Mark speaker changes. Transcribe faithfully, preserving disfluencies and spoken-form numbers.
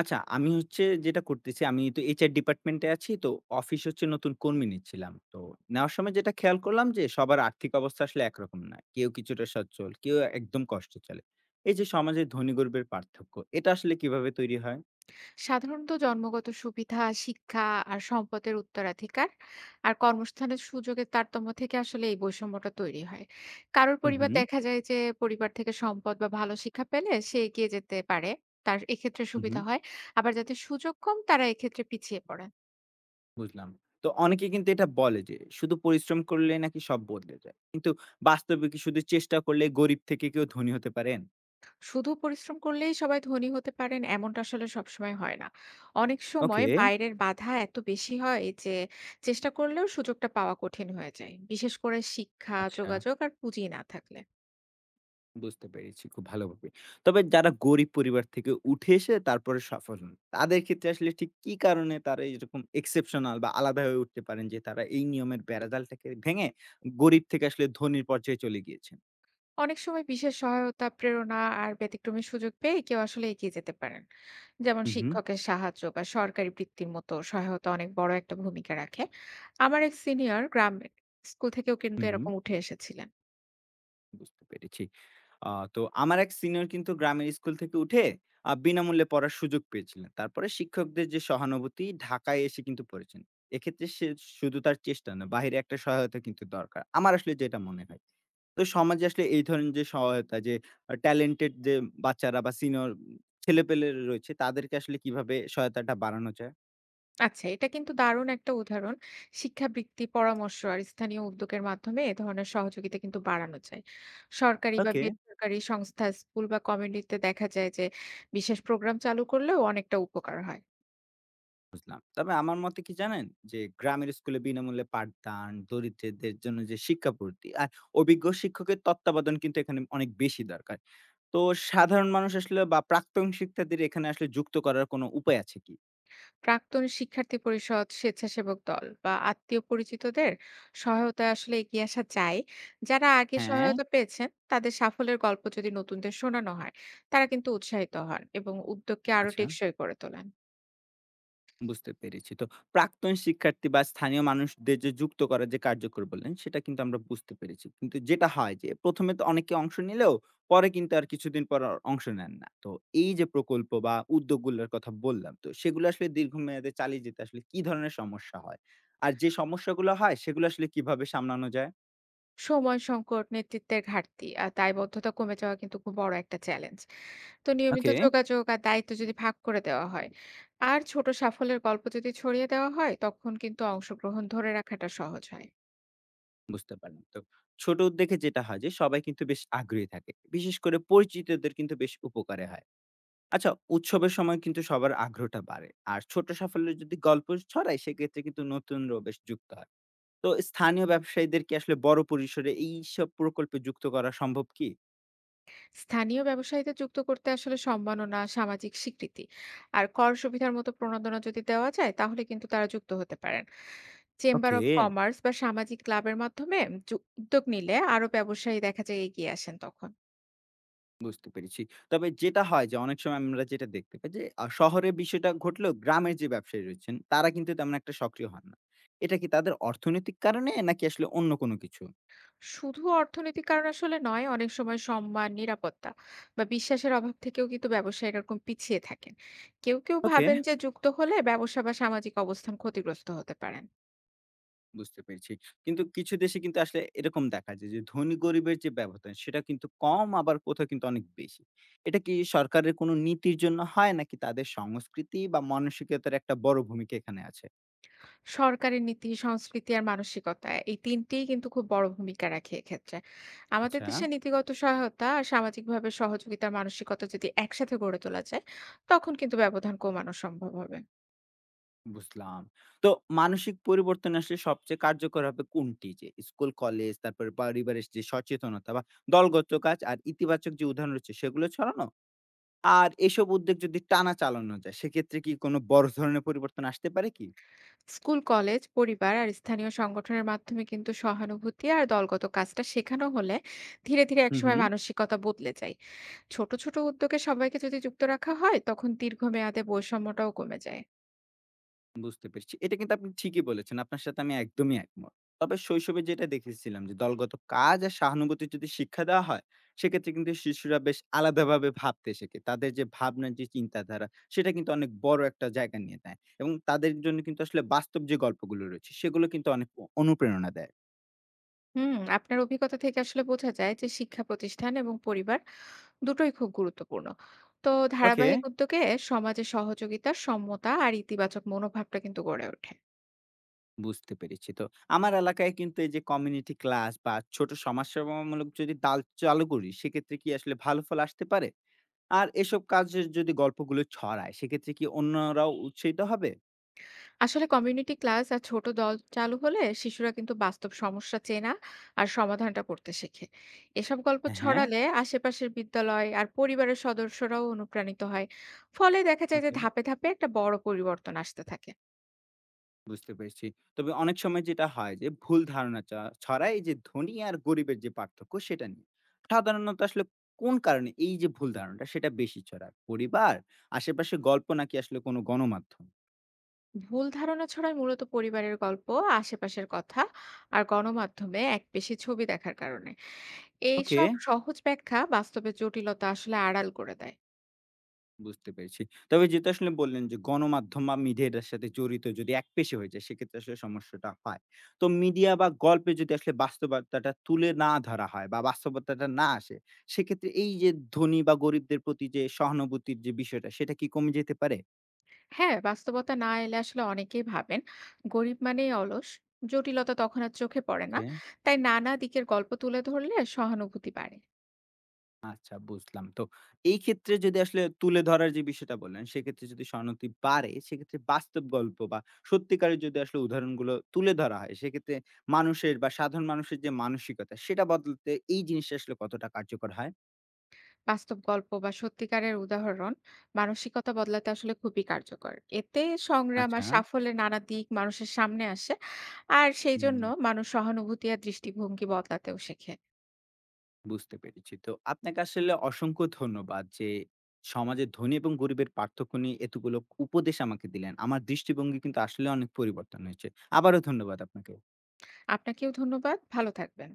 Speaker 1: আচ্ছা, আমি হচ্ছে যেটা করতেছি, আমি তো এইচ আর ডিপার্টমেন্টে আছি। তো অফিস হচ্ছে নতুন কর্মী নিচ্ছিলাম। তো নেওয়ার সময় যেটা খেয়াল করলাম যে, সবার আর্থিক অবস্থা আসলে একরকম না। কেউ কিছুটা সচ্ছল, কেউ একদম কষ্টে চলে। এই যে সমাজে ধনী গরিবের পার্থক্য, এটা আসলে কিভাবে তৈরি হয়?
Speaker 2: সাধারণত জন্মগত সুবিধা, শিক্ষা আর সম্পদের উত্তরাধিকার আর কর্মস্থানের সুযোগের তারতম্য থেকে আসলে এই বৈষম্যটা তৈরি হয়। কারোর
Speaker 1: হু,
Speaker 2: পরিবার
Speaker 1: হু,
Speaker 2: দেখা যায় যে পরিবার থেকে সম্পদ বা ভালো শিক্ষা পেলে সে এগিয়ে যেতে পারে। তার এক্ষেত্রে
Speaker 1: হু, হু,
Speaker 2: সুবিধা হয়। আবার যাদের সুযোগ কম তারা এক্ষেত্রে পিছিয়ে পড়েন।
Speaker 1: বুঝলাম। তো অনেকে কিন্তু এটা বলে যে, শুধু পরিশ্রম করলে নাকি সব বদলে যায়। কিন্তু বাস্তবে কি শুধু চেষ্টা করলে গরিব থেকে কেউ ধনী হতে পারেন?
Speaker 2: শুধু পরিশ্রম করলেই সবাই ধনী হতে পারেন এমনটা আসলে সবসময় হয় না। অনেক সময়
Speaker 1: ওকে,
Speaker 2: বাইরের বাধা এত বেশি হয় যে চেষ্টা করলেও সুযোগটা পাওয়া কঠিন হয়ে যায়। বিশেষ করে শিক্ষা,
Speaker 1: আচ্ছা।
Speaker 2: যোগাযোগ আর পুঁজি না থাকলে।
Speaker 1: বুঝতে পেরেছি খুব ভালোভাবে। তবে যারা গরিব পরিবার থেকে উঠে এসে তারপরে সফল হন, তাদের ক্ষেত্রে আসলে ঠিক কি কারণে তারা এরকম এক্সেপশনাল বা আলাদা হয়ে উঠতে পারেন যে তারা এই নিয়মের বেড়াজালটাকে ভেঙে গরিব থেকে আসলে ধনীর পর্যায়ে চলে গিয়েছেন?
Speaker 2: অনেক সময় বিশেষ সহায়তা, প্রেরণা আর ব্যতিক্রমী সুযোগ পেয়ে কেউ আসলে এগিয়ে যেতে পারেন। যেমন
Speaker 1: হু, হু।
Speaker 2: শিক্ষকের সাহায্য বা সরকারি বৃত্তির মতো সহায়তা অনেক বড় একটা ভূমিকা রাখে। আমার এক সিনিয়র গ্রামের স্কুল থেকেও কিন্তু
Speaker 1: হু, হু।
Speaker 2: এরকম উঠে এসেছিলেন।
Speaker 1: বুঝতে পেরেছি। আ তো আমার এক সিনিয়র কিন্তু গ্রামের স্কুল থেকে উঠে আ বিনামূল্যে পড়ার সুযোগ পেয়েছিলেন। তারপরে শিক্ষকদের যে সহানুভূতি ঢাকায় এসে কিন্তু পড়েছেন। এক্ষেত্রে সে শুধু তার চেষ্টা না, বাহিরে একটা সহায়তা কিন্তু দরকার। আমার আসলে যেটা মনে হয়। তো সমাজে আসলে এই ধরনের যে সহায়তা যে আ ট্যালেন্টেড যে বাচ্চারা বা সিনিয়র ছেলেপেলে রয়েছে তাদেরকে আসলে কিভাবে সহায়তাটা বাড়ানো যায়?
Speaker 2: আচ্ছা, এটা কিন্তু দারুণ একটা উদাহরণ। শিক্ষাবৃত্তি, পরামর্শ আর স্থানীয় উদ্যোগের মাধ্যমে এ ধরনের সহযোগিতা কিন্তু বাড়ানো যায়। সরকারি বা
Speaker 1: ওকে।
Speaker 2: বেসরকারি সংস্থা, স্কুল বা কমিউনিটিতে দেখা যায় যে বিশেষ প্রোগ্রাম চালু করলেও অনেকটা উপকার হয়।
Speaker 1: বুঝলাম। তবে আমার মতে কি জানেন? যে গ্রামের স্কুলে বিনামূল্যে পাঠদান, দরিদ্রদের জন্য যে শিক্ষাপূর্তি আর অভিজ্ঞ শিক্ষকের তত্ত্বাবধান কিন্তু এখানে অনেক বেশি দরকার। তো সাধারণ মানুষ আসলে বা প্রাক্তন শিক্ষার্থীদের এখানে আসলে যুক্ত করার কোনো উপায় আছে কি?
Speaker 2: প্রাক্তন শিক্ষার্থী পরিষদ, স্বেচ্ছাসেবক দল বা আত্মীয় পরিচিতদের সহায়তায় আসলে এগিয়ে আসা যায়। যারা আগে
Speaker 1: হ্যাঁ,
Speaker 2: সহায়তা পেয়েছেন তাদের সাফল্যের গল্প যদি নতুনদের শোনানো হয়, তারা কিন্তু উৎসাহিত হন এবং উদ্যোগকে আরো
Speaker 1: আচ্ছা।
Speaker 2: টেকসই করে তোলেন।
Speaker 1: বুঝতে পেরেছি। তো প্রাক্তন শিক্ষার্থী বা স্থানীয় মানুষদের যে যুক্ত করার যে কার্যকর বললেন, সেটা কিন্তু আমরা বুঝতে পেরেছি। কিন্তু যেটা হয় যে প্রথম এ তো অনেকে অংশ নিলেও পরে কিন্তু আর কিছুদিন পর আর অংশ নেন না। তো এই যে প্রকল্প বা উদ্যোগগুলোর কথা বললাম, তো সেগুলো আসলে দীর্ঘমেয়াদে চালিয়ে যেতে আসলে কি ধরনের সমস্যা হয়? আর যে সমস্যাগুলো হয় সেগুলো আসলে কিভাবে সামলানো যায়?
Speaker 2: সময় সংকট, নেতৃত্বের ঘাটতি আর দায়বদ্ধতা কমে যাওয়া কিন্তু খুব বড় একটা চ্যালেঞ্জ। তো নিয়মিত
Speaker 1: ওকে,
Speaker 2: যোগাযোগ আর দায়িত্ব যদি ভাগ করে দেওয়া হয় আর ছোট সাফল্যের গল্প যদি ছড়িয়ে দেওয়া হয়, তখন কিন্তু অংশগ্রহণ ধরে রাখাটা সহজ হয়।
Speaker 1: বুঝতে পারলাম। তো ছোট উদ্যোগে যেটা হয় যে সবাই কিন্তু বেশ আগ্রহী থাকে। বিশেষ করে পরিচিতদের কিন্তু বেশ উপকারে হয়। আচ্ছা, উৎসবের সময় কিন্তু সবার আগ্রহটা বাড়ে। আর ছোট সাফল্যের যদি গল্প ছড়ায় সেক্ষেত্রে কিন্তু নতুনরাও বেশ যুক্ত হয়। তো স্থানীয় ব্যবসায়ীদের কি আসলে বড় পরিসরে এইসব প্রকল্পে যুক্ত করা সম্ভব কি?
Speaker 2: স্থানীয় ব্যবসায়ীদের যুক্ত করতে আসলে সম্মাননা সামাজিক স্বীকৃতি আর কর সুবিধার মতো প্রণোদনা যদি দেওয়া যায় তাহলে কিন্তু তারা যুক্ত হতে পারেন চেম্বার
Speaker 1: ওকে
Speaker 2: অফ কমার্স বা সামাজিক ক্লাবের মাধ্যমে যু- উদ্যোগ নিলে আরো ব্যবসায়ী দেখা যায় এগিয়ে আসেন তখন।
Speaker 1: বুঝতে পেরেছি। তবে যেটা হয় যে অনেক সময় আমরা যেটা দেখতে পাই যে আ শহরে বিষয়টা ঘটলেও গ্রামের যে ব্যবসায়ী রয়েছেন তারা কিন্তু তেমন একটা সক্রিয় হন না। এটা কি তাদের অর্থনৈতিক কারণে নাকি আসলে অন্য কোনো কিছু?
Speaker 2: শুধু অর্থনৈতিক কারণ আসলে নয়, অনেক সময় সম্মান, নিরাপত্তা বা বিশ্বাসের অভাব থেকেও কিন্তু ব্যবসায়ীরা এরকম পিছিয়ে থাকেন। কেউ কেউ
Speaker 1: ওকে
Speaker 2: ভাবেন যে যুক্ত হলে ব্যবসা বা সামাজিক অবস্থান ক্ষতিগ্রস্ত হতে পারেন।
Speaker 1: বুঝতে পেরেছি। কিন্তু কিছু দেশে কিন্তু আসলে এরকম দেখা যায় যে, ধনী গরিবের যে ব্যবধান সেটা কিন্তু কম আবার কোথাও কিন্তু অনেক বেশি। এটা কি সরকারের কোনো নীতির জন্য হয় নাকি তাদের সংস্কৃতি বা মানসিকতার একটা বড় ভূমিকা এখানে আছে?
Speaker 2: সরকারের নীতি, সংস্কৃতি আর মানসিকতা এই তিন টিই কিন্তু খুব বড় ভূমিকা রাখে এক্ষেত্রে। আমাদের
Speaker 1: আচ্ছা,
Speaker 2: দেশে নীতিগত সহায়তা আর সামাজিকভাবে সহযোগিতার মানসিকতা যদি একসাথে গড়ে তোলা যায়, তখন কিন্তু ব্যবধান কমানো সম্ভব হবে।
Speaker 1: বুঝলাম। তো মানসিক পরিবর্তন আসলে সবচেয়ে কার্যকর হবে কোনটি? যে স্কুল, কলেজ তারপরে পারিবারিক যে সচেতনতা বা দলগত কাজ আর ইতিবাচক যে উদাহরণ রয়েছে সেগুলো ছড়ানো? আর এসব উদ্যোগ যদি টানা চালানো যায় সেক্ষেত্রে কি কোনো বড় ধরনের পরিবর্তন আসতে পারে কি?
Speaker 2: স্কুল, কলেজ, পরিবার আর স্থানীয় সংগঠনের মাধ্যমে কিন্তু সহানুভূতি আর দলগত কাজটা শেখানো হলে ধীরে, ধীরে
Speaker 1: হু, হু।
Speaker 2: একসময় মানসিকতা বদলে যায়। ছোট, ছোট উদ্যোগে সবাইকে যদি যুক্ত রাখা হয়, তখন দীর্ঘমেয়াদে বৈষম্যটাও কমে যায়।
Speaker 1: বুঝতে পেরেছি। এটা কিন্তু আপনি ঠিকই বলেছেন। আপনার সাথে আমি একদমই একমত। তবে শৈশবে যেটা দেখেছিলাম যে দলগত কাজ আর সহানুভূতির যদি শিক্ষা দেওয়া হয়, সেক্ষেত্রে কিন্তু শিশুরা বেশ আলাদাভাবে ভাবতে শেখে। তাদের যে ভাবনার যে চিন্তাধারা, সেটা কিন্তু অনেক বড় একটা জায়গা নিয়ে নেয়। এবং তাদের জন্য কিন্তু আসলে বাস্তব যে গল্পগুলো রয়েছে, সেগুলো কিন্তু অনেক অ অনুপ্রেরণা দেয়।
Speaker 2: হুম, আপনার অভিজ্ঞতা থেকে আসলে বোঝা যায় যে শিক্ষা প্রতিষ্ঠান এবং পরিবার দুটোই খুব গুরুত্বপূর্ণ। তো
Speaker 1: ওকে,
Speaker 2: ধারাবাহিক উদ্যোগে সমাজে সহযোগিতা, সমতা আর ইতিবাচক মনোভাবটা কিন্তু গড়ে ওঠে।
Speaker 1: বুঝতে পেরেছি। তো আমার এলাকায় কিন্তু এই যে কমিউনিটি ক্লাস বা ছোট সমাজসেবামূলক যদি দাল চালু করি, সেক্ষেত্রে কি আসলে ভালো ফল আসতে পারে? আর এসব কাজের যদি গল্পগুলো ছড়ায়, সেক্ষেত্রে কি অন্যরাও উৎসাহিত হবে?
Speaker 2: আসলে কমিউনিটি ক্লাস আর ছোট দল চালু হলে শিশুরা কিন্তু বাস্তব সমস্যা চেনা আর সমাধানটা করতে শেখে। এসব গল্প
Speaker 1: হ্যাঁ,
Speaker 2: ছড়ালে আশেপাশের বিদ্যালয় আর পরিবারের সদস্যরাও অনুপ্রাণিত হয়। ফলে দেখা যায় যে
Speaker 1: ওকে,
Speaker 2: ধাপে, ধাপে একটা বড় পরিবর্তন আসতে থাকে।
Speaker 1: বুঝতে পেরেছি। তবে অনেক সময় যেটা হয় যে ভুল ধারণা চ ছড়ায় এই যে ধনী আর গরিবের যে পার্থক্য সেটা নিয়ে। সাধারণত আসলে কোন কারণে এই যে ভুল ধারণাটা সেটা বেশি ছড়ায়? পরিবার, আশেপাশের গল্প নাকি আসলে কোনো গণমাধ্যম?
Speaker 2: ভুল ধারণা ছড়ায় মূলত পরিবারের গল্প, আশেপাশের কথা আর গণমাধ্যমে একপেশে ছবি দেখার কারণে।
Speaker 1: ওকে।
Speaker 2: এইসব সহজ ব্যাখ্যা বাস্তবে জটিলতা আসলে আড়াল করে দেয়।
Speaker 1: বুঝতে পেরেছি। তবে যেটা আসলে বললেন যে, গণমাধ্যম বা মিডিয়াটার সাথে জড়িত যদি একপেশে হয়ে যায়, সেক্ষেত্রে আসলে সমস্যাটা হয়। তো মিডিয়া বা গল্পে যদি আসলে বাস্তবতাটা তুলে না ধরা হয় বা বাস্তবতাটা না আসে, সেক্ষেত্রে এই যে ধনী বা গরিবদের প্রতি যে সহানুভূতির যে বিষয়টা, সেটা কি কমে যেতে পারে?
Speaker 2: হ্যাঁ, বাস্তবতা না এলে আসলে অনেকেই ভাবেন গরিব মানেই অলস, জটিলতা তখন আর চোখে পড়ে না।
Speaker 1: ওকে।
Speaker 2: তাই নানা দিকের গল্প তুলে ধরলে সহানুভূতি বাড়ে।
Speaker 1: আচ্ছা বুঝলাম। তো এই ক্ষেত্রে যদি আসলে তুলে ধরার যে বিষয়টা বললেন, সেক্ষেত্রে যদি সনতি বাড়ে, সেক্ষেত্রে বাস্তব গল্প বা সত্যিকারের যদি আসলে উদাহরণগুলো তুলে ধরা হয়, সেক্ষেত্রে মানুষের বা সাধারণ মানুষের যে মানসিকতা, সেটা বদলাতে এই জিনিসটা আসলে কতটা কার্যকর হয়?
Speaker 2: বাস্তব গল্প বা সত্যিকারের উদাহরণ মানসিকতা বদলাতে আসলে খুবই কার্যকর। এতে সংগ্রাম
Speaker 1: আচ্ছা,
Speaker 2: আর সাফল্যের নানা দিক মানুষের সামনে আসে। আর সেই
Speaker 1: হুম,
Speaker 2: জন্য মানুষ সহানুভূতি আর দৃষ্টিভঙ্গি বদলাতেও শেখে।
Speaker 1: বুঝতে পেরেছি। তো আপনাকে আসলে অসংখ্য ধন্যবাদ যে সমাজে ধনী এবং গরিবের পার্থক্য নিয়ে এতগুলো উপদেশ আমাকে দিলেন। আমার দৃষ্টিভঙ্গি কিন্তু আসলে অনেক পরিবর্তন হয়েছে। আবারও ধন্যবাদ আপনাকে।
Speaker 2: আপনাকেও ধন্যবাদ। ভালো থাকবেন।